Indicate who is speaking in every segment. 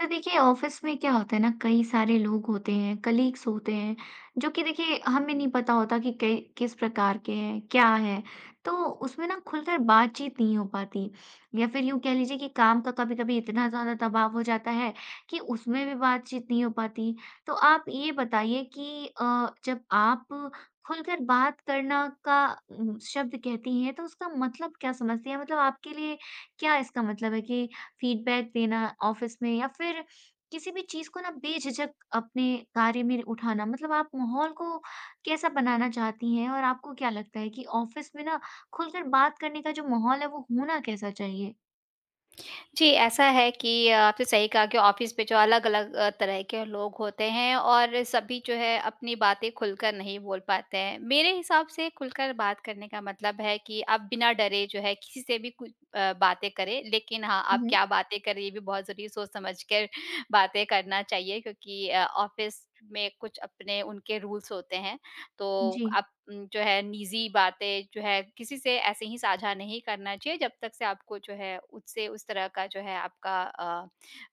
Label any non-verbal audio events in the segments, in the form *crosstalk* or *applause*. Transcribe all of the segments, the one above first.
Speaker 1: तो देखिए ऑफिस में क्या होता है ना कई सारे लोग होते हैं कलीग्स होते हैं जो कि देखिए हमें नहीं पता होता कि कई किस प्रकार के हैं क्या है तो उसमें ना खुलकर बातचीत नहीं हो पाती या फिर यूं कह लीजिए कि काम का कभी कभी इतना ज्यादा दबाव हो जाता है कि उसमें भी बातचीत नहीं हो पाती। तो आप ये बताइए कि जब आप खुलकर बात करना का शब्द कहती हैं तो उसका मतलब क्या समझती हैं मतलब आपके लिए क्या इसका मतलब है कि फीडबैक देना ऑफिस में या फिर किसी भी चीज़ को ना बेझिझक अपने कार्य में उठाना मतलब आप माहौल को कैसा बनाना चाहती हैं? और आपको क्या लगता है कि ऑफिस में ना खुलकर बात करने का जो माहौल है वो होना कैसा चाहिए?
Speaker 2: जी, ऐसा है कि आपने सही कहा कि ऑफ़िस पे जो अलग-अलग तरह के लोग होते हैं और सभी जो है अपनी बातें खुलकर नहीं बोल पाते हैं। मेरे हिसाब से खुलकर बात करने का मतलब है कि आप बिना डरे जो है किसी से भी कुछ बातें करें। लेकिन हाँ, आप
Speaker 1: हुँ।
Speaker 2: क्या बातें करें ये भी बहुत ज़रूरी है, सोच समझ कर बातें करना चाहिए क्योंकि ऑफ़िस में कुछ अपने उनके रूल्स होते हैं। तो
Speaker 1: जी।
Speaker 2: आप जो है निजी बातें जो है किसी से ऐसे ही साझा नहीं करना चाहिए जब तक से आपको जो है उससे उस तरह का जो है आपका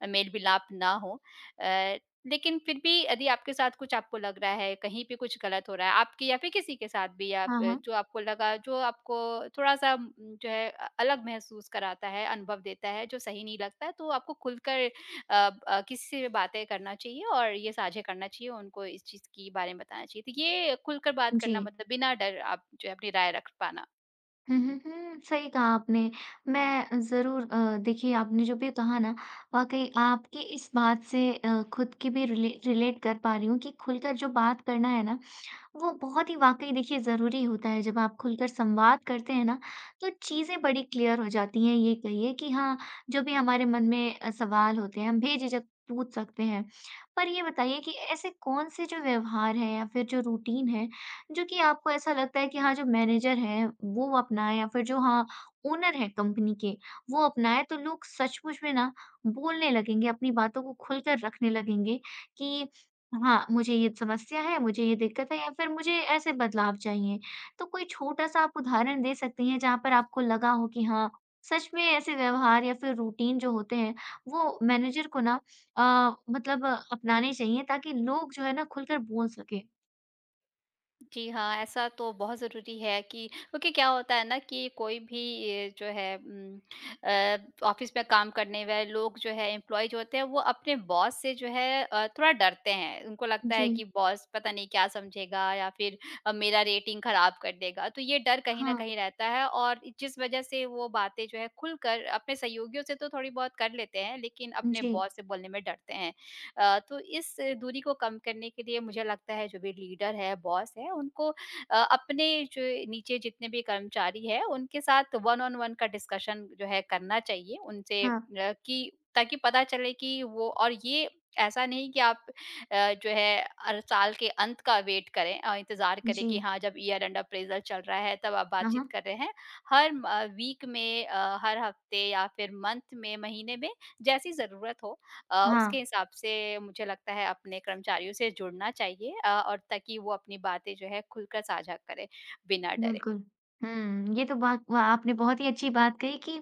Speaker 2: मेल-मिलाप ना हो। अ, लेकिन फिर भी यदि आपके साथ कुछ आपको लग रहा है, कहीं पे कुछ गलत हो रहा है आपके या फिर किसी के साथ भी या
Speaker 1: हाँ,
Speaker 2: ब
Speaker 1: हाँ।
Speaker 2: जो आपको लगा जो आपको थोड़ा-सा जो है अलग महसूस कराता है, अनुभव देता है, जो सही नहीं लगता है, तो आपको खुलकर किसी से भी बातें करना चाहिए और ये साझा करना चाहिए, उनको इस चीज़ के बारे में बताना चाहिए। तो ये खुलकर बात करना
Speaker 1: जी।
Speaker 2: मतलब बिना डर आप जो है अपनी राय रख पाना।
Speaker 1: हुँ, हुँ, हुँ। सही कहा आपने। मैं ज़रूर देखिए आपने जो भी कहा ना वाक़ई आपकी इस बात से खुद की भी रिलेट कर पा रही हूँ कि खुलकर जो बात करना है ना वो बहुत ही वाक़ई देखिए ज़रूरी होता है, जब आप खुलकर संवाद करते हैं ना, तो चीज़ें बड़ी क्लियर हो जाती हैं, ये कहिए कि हाँ, जो भी हमारे मन में सवाल होते हैं, हम बेझिझक पूछ सकते हैं। पर ये बताइए कि ऐसे कौन-से जो व्यवहार हैं या फिर जो रूटीन है, जो कि आपको ऐसा लगता है कि हाँ, जो मैनेजर हैं, वो अपनाएँ या फिर जो हाँ, ओनर हैं कंपनी के, वो अपनाएँ, तो लोग सचमुच में ना बोलने लगेंगे, अपनी बातों को खुलकर रखने लगेंगे कि हाँ, मुझे ये समस्या है, मुझे ये दिक्कत है या फिर मुझे ऐसे बदलाव चाहिए। तो कोई छोटा-सा आप उदाहरण दे सकती हैं जहाँ पर आपको लगा हो कि हाँ, सच में ऐसे व्यवहार या फिर रूटीन जो होते हैं वो मैनेजर को ना अपनाने चाहिए ताकि लोग जो है ना खुलकर बोल सकें?
Speaker 2: जी हाँ, ऐसा तो बहुत ज़रूरी है कि क्योंकि क्या होता है ना कि कोई भी ये जो है अ, ऑफ़िस में काम करने वाले लोग जो है एम्प्लॉयी जो होते हैं वो अपने बॉस से जो है थोड़ा डरते हैं। उनको लगता
Speaker 1: जी,
Speaker 2: है कि बॉस पता नहीं क्या समझेगा या फिर मेरा रेटिंग ख़राब कर देगा। तो ये डर कहीं न
Speaker 1: हाँ,
Speaker 2: कहीं रहता है और जिस वज़ह से वो बातें जो है खुलकर अपने सहयोगियों से तो थोड़ी बहुत कर लेते हैं, लेकिन अपने
Speaker 1: जी,
Speaker 2: बॉस से बोलने में डरते हैं। तो इस दूरी को कम करने के लिए मुझे लगता है जो भी लीडर है, बॉस है, उनको अपने जो नीचे जितने भी कर्मचारी हैं, उनके साथ वन ऑन वन का डिस्कशन जो है करना चाहिए उनसे
Speaker 1: हाँ,
Speaker 2: कि ताकि पता चले कि वो और ये ऐसा नहीं कि आप जो है हर साल के अंत का वेट करें, इंतज़ार करें कि
Speaker 1: जी,
Speaker 2: हाँ, जब ईयर एंड अप्रेज़ल चल रहा है, तब आप
Speaker 1: हाँ,
Speaker 2: बातचीत
Speaker 1: हाँ,
Speaker 2: कर रहे हैं। हर म वीक में, हर हफ्ते या फिर मंथ में, महीने में, जैसी ज़रूरत हो
Speaker 1: हाँ।
Speaker 2: उसके हिसाब से मुझे लगता है अपने कर्मचारियों से जुड़ना चाहिए, और ताकि वो अपनी बातें जो है खुलकर साझा करें बिना डरे।
Speaker 1: बिल्कुल। हुँ, ये तो बात व आपने बहुत ही अच्छी बात कही कि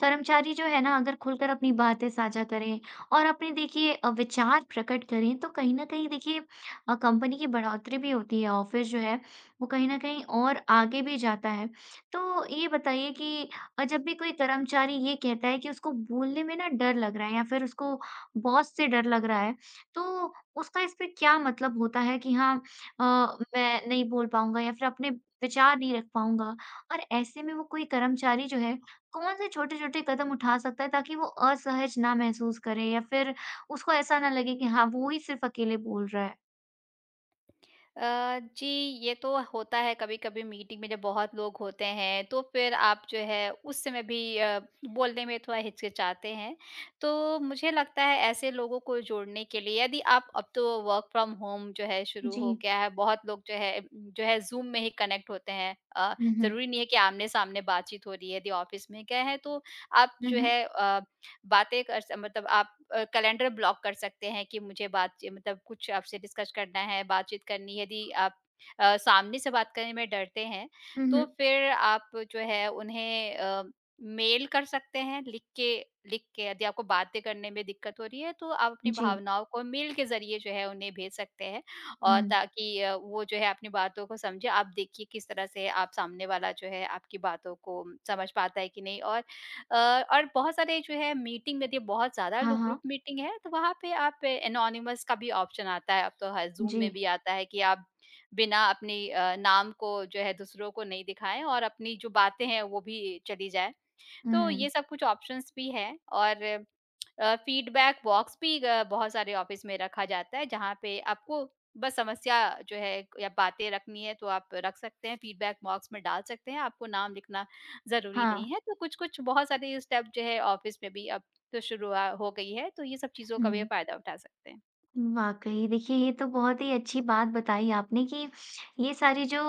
Speaker 1: कर्मचारी जो है ना अगर खुलकर अपनी बातें साझा करें और अपने देखिए विचार प्रकट करें तो कहीं न कहीं देखिए कंपनी की बढ़ोतरी भी होती है, ऑफ़िस जो है वो कहीं न कहीं और आगे भी जाता है। तो ये बताइए कि जब भी कोई कर्मचारी ये कहता है कि उसको बोलने में ना डर लग रहा है या फिर उसको बॉस से डर लग रहा है, तो उसका इस पे क्या मतलब होता है कि हाँ अ, मैं नहीं बोल पाऊँगा या फिर अपने विचार नहीं रख पाऊँगा। और ऐसे में वो कोई कर्मचारी जो है, कौन-से छोटे-छोटे कदम उठा सकता है ताकि वो असहज ना महसूस करे या फिर उसको ऐसा ना लगे कि हाँ, वो ही सिर्फ़ अकेले बोल रहा है?
Speaker 2: जी, ये तो होता है कभी-कभी मीटिंग में जब बहुत लोग होते हैं, तो फिर आप जो है उस समय भी बोलने में थोड़ा हिचकिचाते हैं। तो मुझे लगता है ऐसे लोगों को जोड़ने के लिए यदि आप अब तो वर्क फ्रॉम होम जो है शुरू
Speaker 1: जी।
Speaker 2: हो गया है, बहुत लोग जो है ज़ूम में ही कनेक्ट होते हैं।
Speaker 1: हुँ, हुँ।
Speaker 2: ज़रूरी नहीं है कि आमने-सामने बातचीत हो रही है, यदि ऑफ़िस में गए हैं तो आप
Speaker 1: हुँ,
Speaker 2: जो
Speaker 1: हुँ।
Speaker 2: है अ बातें कर स मतलब आप कैलेंडर ब्लॉक कर सकते हैं कि मुझे बात मतलब कुछ आपसे डिस्कस करना है, बातचीत करनी है। यदि आप सामने से बात करने में डरते हैं,
Speaker 1: हुँ,
Speaker 2: तो
Speaker 1: हुँ।
Speaker 2: फिर आप जो है उन्हें मेल कर सकते हैं लिख के, यदि आपको बातें करने में दिक्कत हो रही है, तो आप अपनी
Speaker 1: जी।
Speaker 2: भावनाओं को मेल के ज़रिए जो है उन्हें भेज सकते हैं
Speaker 1: हुँ।
Speaker 2: और ताकि वो जो है अपनी बातों को समझे। आप देखिए किस तरह से आप सामने वाला जो है आपकी बातों को समझ पाता है कि नहीं। अ, और बहुत सारे जो है मीटिंग में देखिए बहुत ज़्यादा
Speaker 1: हाँ,
Speaker 2: लोग ग्रुप
Speaker 1: हाँ।
Speaker 2: मीटिंग है तो वहाँ पे आप एनोनिमस का भी ऑप्शन आता है, अब तो हर ज़ूम
Speaker 1: जी।
Speaker 2: में भी आता है कि आप बिना अपनी नाम को जो है दूसरों को नहीं दिखाएं और अपनी जो बातें हैं वो भी चली जाए। तो
Speaker 1: हुँ।
Speaker 2: ये सब कुछ ऑप्शंस भी हैं, और फीडबैक बॉक्स भी बहुत सारे ऑफिस में रखा जाता है, जहाँ पे आपको बस समस्या जो है या बातें रखनी है तो आप रख सकते हैं, फीडबैक बॉक्स में डाल सकते हैं, आपको नाम लिखना ज़रूरी नहीं
Speaker 1: हाँ।
Speaker 2: है। तो कुछ-कुछ बहुत सारे स्टेप जो है ऑफिस में भी अब तो शुरू हो गई है, तो ये सब चीज़ों का भी
Speaker 1: हुँ।
Speaker 2: फ़ायदा उठा सकते हैं।
Speaker 1: वाक़ई, देखिए ये तो बहुत ही अच्छी बात बताई आपने कि ये सारी जो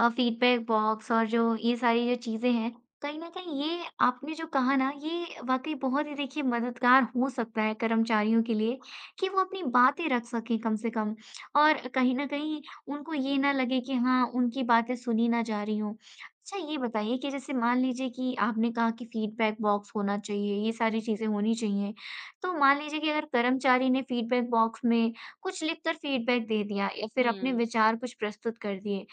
Speaker 1: फ़ीडबैक बॉक्स और जो ये सारी जो चीज़ें हैं, कहीं न कहीं ये आपने जो कहा ना, ये वाक़ई बहुत ही देखिए मददगार हो सकता है कर्मचारियों के लिए कि वो अपनी बातें रख सकें कम से कम। और कहीं न कहीं उनको ये ना लगे कि हाँ, उनकी बातें सुनी ना जा रही हों। अच्छा ये बताइए कि जैसे मान लीजिए कि आपने कहा कि फ़ीडबैक बॉक्स होना चाहिए, ये सारी चीज़ें होनी चाहिए। तो मान लीजिए कि अगर कर्मचारी ने फीडबैक बॉक्स में कुछ लिखकर फीडबैक दे दिया या फिर अपने
Speaker 2: हुँ।
Speaker 1: विचार कुछ प्रस्तुत कर दिए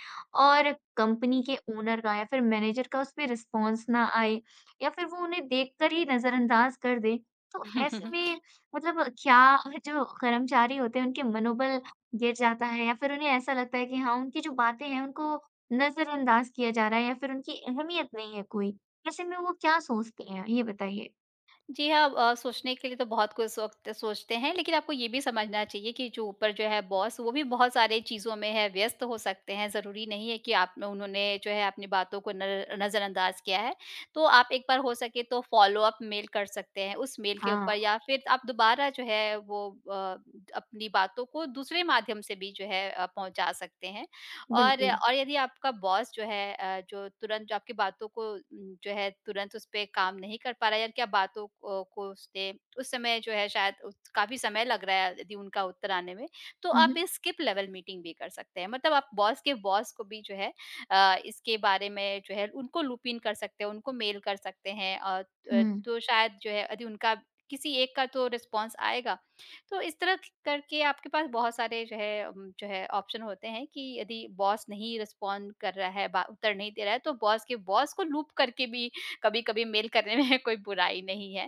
Speaker 1: और कंपनी के ओनर का या फिर मैनेजर का उस पे रिस्पॉन्स ना आए या फिर वो उन्हें देखकर ही नजरअंदाज कर दे, तो ऐसे
Speaker 2: *laughs*
Speaker 1: में मतलब क्या जो कर्मचारी होते हैं उनके मनोबल गिर जाता है या फिर उन्हें ऐसा लगता है कि हाँ, उनकी जो बातें हैं उनको नजरअंदाज किया जा रहा है या फिर उनकी अहमियत नहीं है कोई। ऐसे में वो क्या सोचते हैं? ये बताइए।
Speaker 2: जी हाँ, सोचने के लिए तो बहुत कुछ वक़्त सोचते हैं, लेकिन आपको ये भी समझना चाहिए कि जो ऊपर जो है बॉस, वो भी बहुत सारे चीज़ों में है, व्यस्त हो सकते हैं। ज़रूरी नहीं है कि आप उन्होंने जो है अपनी बातों को न नज़रअंदाज़ किया है। तो आप एक बार हो सके तो फ़ॉलो-अप मेल कर सकते हैं, उस मेल के
Speaker 1: हाँ,
Speaker 2: ऊपर, या फिर आप दोबारा जो है वो अ, अपनी बातों को दूसरे माध्यम से भी जो है पहुँचा सकते हैं। और
Speaker 1: बिल्कुल।
Speaker 2: और यदि आपका बॉस जो है, जो आपकी बातों को जो है तुरंत उस पे काम नहीं कर पा रहा है, या क्या बातों को उसने उस- समय जो है शायद, उस- काफी समय लग रहा है यदि उनका उत्तर आने में, तो आप इस स्किप लेवल मीटिंग भी कर सकते हैं, मतलब आप बॉस के बॉस को भी जो है इसके बारे में जो है उनको लूप इन कर सकते हैं, उनको मेल कर सकते हैं, और
Speaker 1: हुँ,
Speaker 2: तो शायद जो है यदि उनका किसी एक का तो रिस्पांस आएगा। तो इस तरह क करके आपके पास बहुत सारे जो है जो है ऑप्शन होते हैं कि यदि बॉस नहीं रिस्पॉन्ड कर रहा है, बा उत्तर नहीं दे रहा है, तो बॉस के बॉस को लूप करके भी कभी-कभी मेल करने में *laughs* कोई बुराई नहीं है।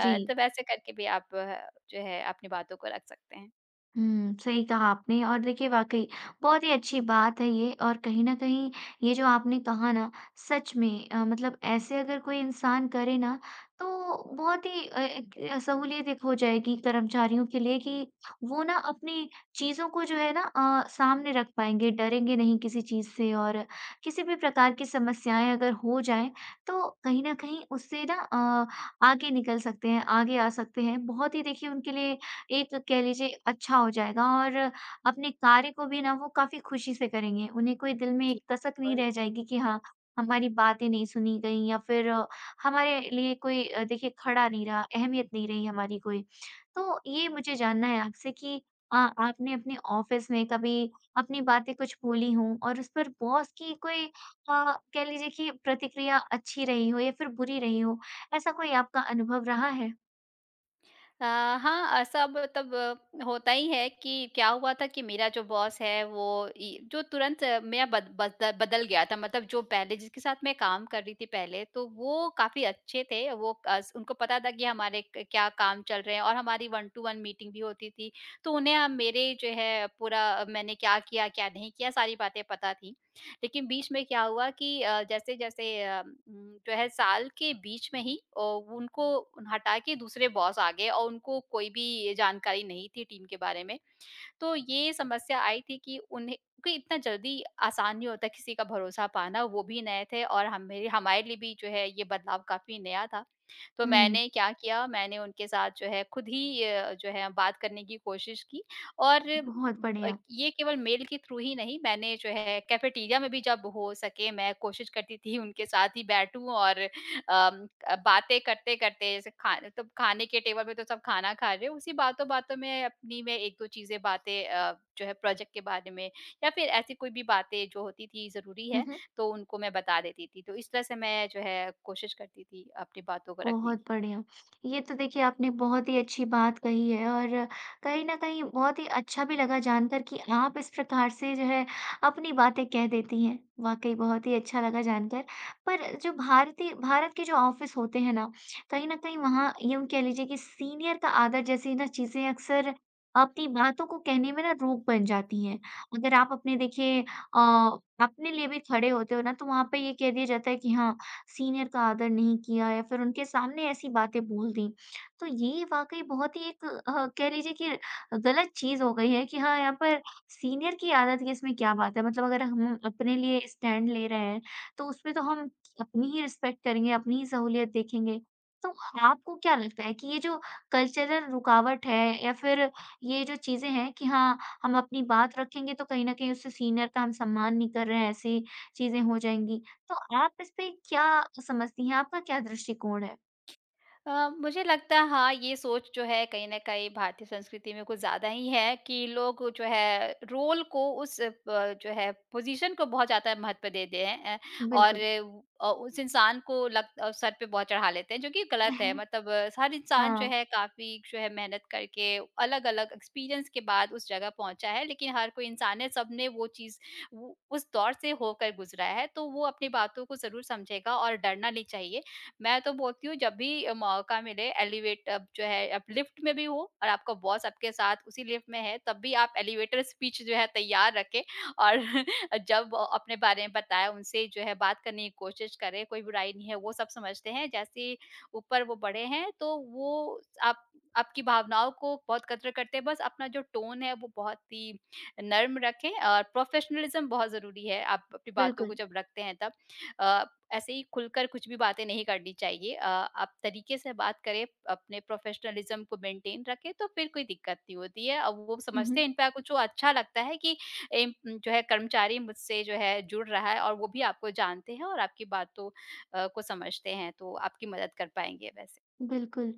Speaker 1: जी।
Speaker 2: तो वैसे करके भी आप जो है अपनी बातों को रख सकते हैं।
Speaker 1: हुँ, सही कहा आपने और देखिए वाक़ई बहुत ही अच्छी बात है ये और कहीं न कहीं ये जो आपने कहा ना सच में मतलब ऐसे अगर कोई इंसान करे ना तो बहुत ही एक सहूलियत एक हो जाएगी कर्मचारियों के लिए कि वो ना अपनी चीज़ों को जो है ना सामने रख पाएँगे, डरेंगे नहीं किसी चीज़ से और किसी भी प्रकार की समस्याएँ अगर हो जाएँ तो कहीं न कहीं उससे ना आगे निकल सकते हैं, आगे आ सकते हैं। बहुत ही देखिए उनके लिए एक कह लीजिए अच्छा हो जाएगा और अपने कार्य को भी ना वो काफ़ी खुशी से करेंगे। उन्हें कोई दिल में
Speaker 2: जी,
Speaker 1: एक कसक नहीं
Speaker 2: बिल्कुल।
Speaker 1: रह जाएगी कि हाँ, हमारी बातें नहीं सुनी गईं या फिर हमारे लिए कोई देखिए खड़ा नहीं रहा, अहमियत नहीं रही हमारी कोई। तो ये मुझे जानना है आपसे कि आपने अपने ऑफ़िस में कभी अपनी बातें कुछ बोली हों और उस पर बॉस की कोई कह लीजिए कि प्रतिक्रिया अच्छी रही हो या फिर बुरी रही हो, ऐसा कोई आपका अनुभव रहा है?
Speaker 2: अ, हाँ, ऐसा मतलब होता ही है कि क्या हुआ था कि मेरा जो बॉस है वो इ जो तुरंत मेरा बद बद बदल बदल गया था, मतलब जो पहले जिसके साथ मैं काम कर रही थी पहले, तो वो काफ़ी अच्छे थे। वो अस उनको पता था कि हमारे क क्या काम चल रहे हैं, और हमारी वन टू वन मीटिंग भी होती थी। तो उन्हें मेरे जो है पूरा, मैंने क्या किया, क्या नहीं किया, सारी बातें पता थी। लेकिन बीच में क्या हुआ कि जैसे-जैसे, जो है साल के बीच में ही उनको हटा के दूसरे बॉस आ गए, और उनको कोई भी जानकारी नहीं थी टीम के बारे में। तो ये समस्या आई थी कि उन्हें, क्योंकि इतना जल्दी आसान नहीं होता किसी का भरोसा पाना, वो भी नए थे और हम मेरे हमारे लिए भी जो है ये बदलाव काफ़ी नया था। तो
Speaker 1: हुँ,
Speaker 2: मैंने क्या किया, मैंने उनके साथ जो है खुद ही जो है बात करने की कोशिश की, और
Speaker 1: बहुत बढ़िया।
Speaker 2: ये केवल मेल के थ्रू ही नहीं, मैंने जो है कैफेटेरिया में भी जब हो सके मैं कोशिश करती थी उनके साथ ही बैठूँ, और बातें करते-करते, जैसे खा तो खाने के टेबल पे तो सब खाना खा रहे हो, उसी बातों-बातों में अपनी मैं 1-2 चीज़ें बातें, जो है प्रोजेक्ट के बारे में या फिर ऐसी कोई भी बातें जो होती थी ज़रूरी है, तो उनको मैं बता देती थी। तो इस तरह से मैं जो है कोशिश करती थी अपनी बातों को रखने
Speaker 1: बहुत
Speaker 2: की।
Speaker 1: बढ़िया। ये तो देखिए आपने बहुत ही अच्छी बात कही है और कहीं न कहीं बहुत ही अच्छा भी लगा जानकर कि आप इस प्रकार से जो है अपनी बातें कह देती हैं। वाक़ई बहुत ही अच्छा लगा जानकर। पर जो भारत के जो ऑफ़िस होते हैं ना, कहीं न कहीं वहाँ यूँ कह लीजिए कि सीनियर का आदर जैसी ना चीज़ें अक्सर अपनी बातों को कहने में ना रोक बन जाती हैं। अगर आप अपने देखिए अ, अपने लिए भी खड़े होते हो ना तो वहाँ पे ये कह दिया जाता है कि हाँ, सीनियर का आदर नहीं किया या फिर उनके सामने ऐसी बातें बोल दी। तो ये वाक़ई बहुत ही एक कह लीजिए कि गलत चीज़ हो गई है कि हाँ, यहाँ पर सीनियर की आदत की इसमें क्या बात है? मतलब अगर हम अपने लिए स्टैंड ले रहे हैं, तो उसमें तो हम अपनी ही रिस्पेक्ट करेंगे, अपनी ही सहूलियत देखेंगे। तो आपको क्या लगता है कि ये जो कल्चरल रुकावट है या फिर ये जो चीज़ें हैं कि हाँ, हम अपनी बात रखेंगे तो कहीं न कहीं उससे सीनियर का हम सम्मान नहीं कर रहे हैं, ऐसी चीज़ें हो जाएँगी। तो आप इस पे क्या समझती हैं? आपका क्या दृष्टिकोण है?
Speaker 2: मुझे लगता है हाँ, ये सोच जो है कहीं न कहीं भारतीय संस्कृति में कुछ ज़्यादा ही है कि लोग जो है रोल को, उस जो है पोज़ीशन को बहुत ज़्यादा महत्व देते हैं, और
Speaker 1: बिल्कुल।
Speaker 2: उस इंसान को सर पे बहुत चढ़ा लेते हैं, जो कि गलत है।
Speaker 1: *laughs*
Speaker 2: मतलब हर इंसान जो
Speaker 1: हाँ,
Speaker 2: है काफ़ी जो है मेहनत करके अलग-अलग एक्सपीरियंस के बाद उस जगह पहुँचा है, लेकिन हर कोई इंसान है, सबने वो उस दौर से होकर गुज़रा है, तो वो अपनी बातों को ज़रूर समझेगा और डरना नहीं चाहिए। मैं तो बोलती हूँ, जब भी मौका मिले, एलिवेट अब जो है आप लिफ्ट में भी हो और आपका बॉस आपके साथ उसी लिफ्ट में है, तब भी आप एलिवेटर स्पीच जो है तैयार रखें, और *laughs* जब अपने बारे में बताया, उनसे जो है बात करने की कोशिश करें, कोई बुराई नहीं है, वो सब समझते हैं। जैसे ही ऊपर वो बड़े हैं तो वो आप आपकी भावनाओं को बहुत कदर करते हैं। बस अपना जो टोन है वो बहुत ही नर्म रखें, और प्रोफेशनलिज्म बहुत ज़रूरी है, आप अपनी बातों
Speaker 1: बिल्कुल।
Speaker 2: को जब रखते हैं तब। अ, ऐसे ही खुलकर कुछ भी बातें नहीं करनी चाहिए, आप तरीके से बात करें, अपने प्रोफ़ेशनलिज़्म को मेंटेन रखें, तो फिर कोई दिक्कत नहीं होती है। अब वो
Speaker 1: हुँ,
Speaker 2: समझते
Speaker 1: हुँ।
Speaker 2: हैं, इनका कुछ अच्छा लगता है कि एम जो है कर्मचारी मुझसे जो है जुड़ रहा है, और वो भी आपको जानते हैं और आपकी बातों को समझते हैं, तो आपकी मदद कर पाएँगे वैसे।
Speaker 1: बिल्कुल।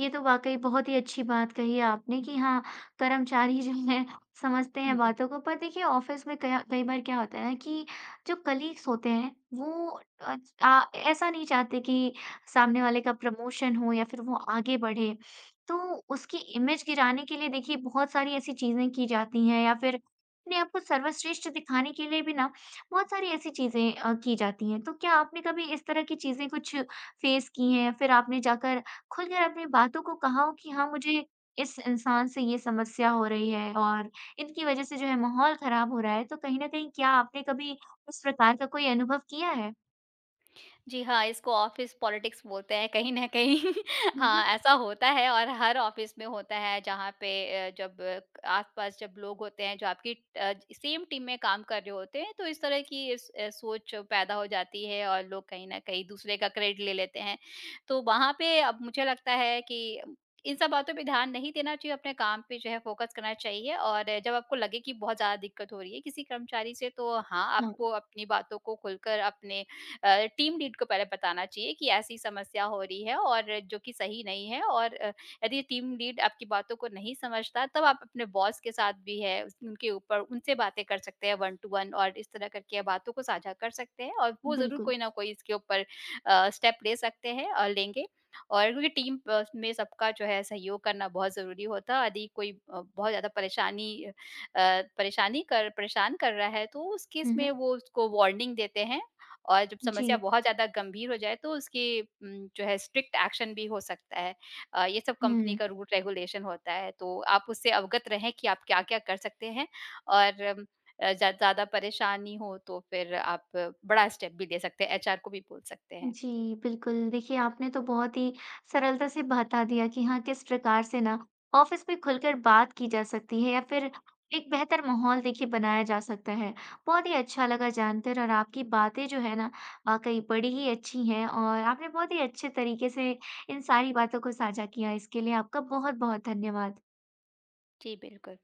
Speaker 1: ये तो वाक़ई बहुत ही अच्छी बात कही है आपने कि हाँ, कर्मचारी जो हैं समझते हैं
Speaker 2: *laughs*
Speaker 1: बातों को। पर देखिए ऑफ़िस में कया कई बार क्या होता है ना कि जो कलीग्स होते हैं वो अ, आ ऐसा नहीं चाहते कि सामने वाले का प्रमोशन हो या फिर वो आगे बढ़े। तो उसकी इमेज गिराने के लिए देखिए बहुत सारी ऐसी चीज़ें की जाती हैं या फिर अपने आप को सर्वश्रेष्ठ दिखाने के लिए भी ना बहुत सारी ऐसी चीज़ें की जाती हैं। तो क्या आपने कभी इस तरह की चीज़ें कुछ फ़ेस की हैं? फिर आपने जाकर खुलकर अपनी बातों को कहा हो कि हाँ, मुझे इस इंसान से ये समस्या हो रही है और इनकी वज़ह से जो है माहौल ख़राब हो रहा है। तो कहीं न कहीं क्या आपने कभी इस प्रकार का कोई अनुभव किया है?
Speaker 2: जी हाँ, इसको ऑफ़िस पॉलिटिक्स बोलते हैं कहीं न कहीं। *laughs*
Speaker 1: हुँ, हुँ।
Speaker 2: हाँ, ऐसा होता है और हर ऑफ़िस में होता है, जहाँ पे जब आस-पास जब लोग होते हैं जो आपकी सेम टीम में काम कर रहे होते हैं, तो इस तरह की सोच पैदा हो जाती है और लोग कहीं न कहीं दूसरे का क्रेडिट ले लेते हैं। तो वहाँ पे अब मुझे लगता है कि इन सब बातों पे ध्यान नहीं देना चाहिए, अपने काम पे जो है फ़ोकस करना चाहिए, और जब आपको लगे कि बहुत ज़्यादा दिक्कत हो रही है किसी कर्मचारी से, तो हाँ,
Speaker 1: हाँ,
Speaker 2: आपको अपनी बातों को खुलकर अपने टीम लीड को पहले बताना चाहिए कि ऐसी समस्या हो रही है और जो कि सही नहीं है, और यदि टीम लीड आपकी बातों को नहीं समझता, तब आप अपने बॉस के साथ भी है उनके ऊपर उनसे बातें कर सकते हैं वन टू वन, और इस तरह करके आप बातों को साझा कर सकते हैं, और वो जरूर
Speaker 1: बिल्कुल।
Speaker 2: कोई ना कोई इसके ऊपर स्टेप ले सकते हैं और लेंगे। और क्योंकि टीम में सबका जो है सहयोग करना बहुत जरूरी होता है। यदि कोई बहुत ज्यादा परेशान कर रहा है, तो उस केस
Speaker 1: हुँ,
Speaker 2: में
Speaker 1: हुँ।
Speaker 2: वो उसको वार्निंग देते हैं, और जब
Speaker 1: जी।
Speaker 2: समस्या बहुत ज़्यादा गंभीर हो जाए तो उसकी जो है स्ट्रिक्ट एक्शन भी हो सकता है। ये सब कंपनी
Speaker 1: हुँ।
Speaker 2: का रूल रेगुलेशन होता है, तो आप उससे अवगत रहें कि आप क्या-क्या कर सकते हैं, और ज़्यादा परेशानी हो तो फिर आप बड़ा स्टेप भी ले सकते हैं, एचआर को भी बोल सकते हैं।
Speaker 1: जी, बिल्कुल। देखिए, आपने तो बहुत ही सरलता से बता दिया कि हाँ, किस प्रकार से ना ऑफ़िस में खुलकर बात की जा सकती है या फिर एक बेहतर माहौल देखिए बनाया जा सकता है। बहुत ही अच्छा लगा जानकर और आपकी बातें जो है ना वाक़ई बड़ी ही अच्छी हैं और आपने बहुत ही अच्छे तरीके से इन सारी बातों को साझा किया। इसके लिए आपका बहुत-बहुत धन्यवाद।
Speaker 2: जी, बिल्कुल।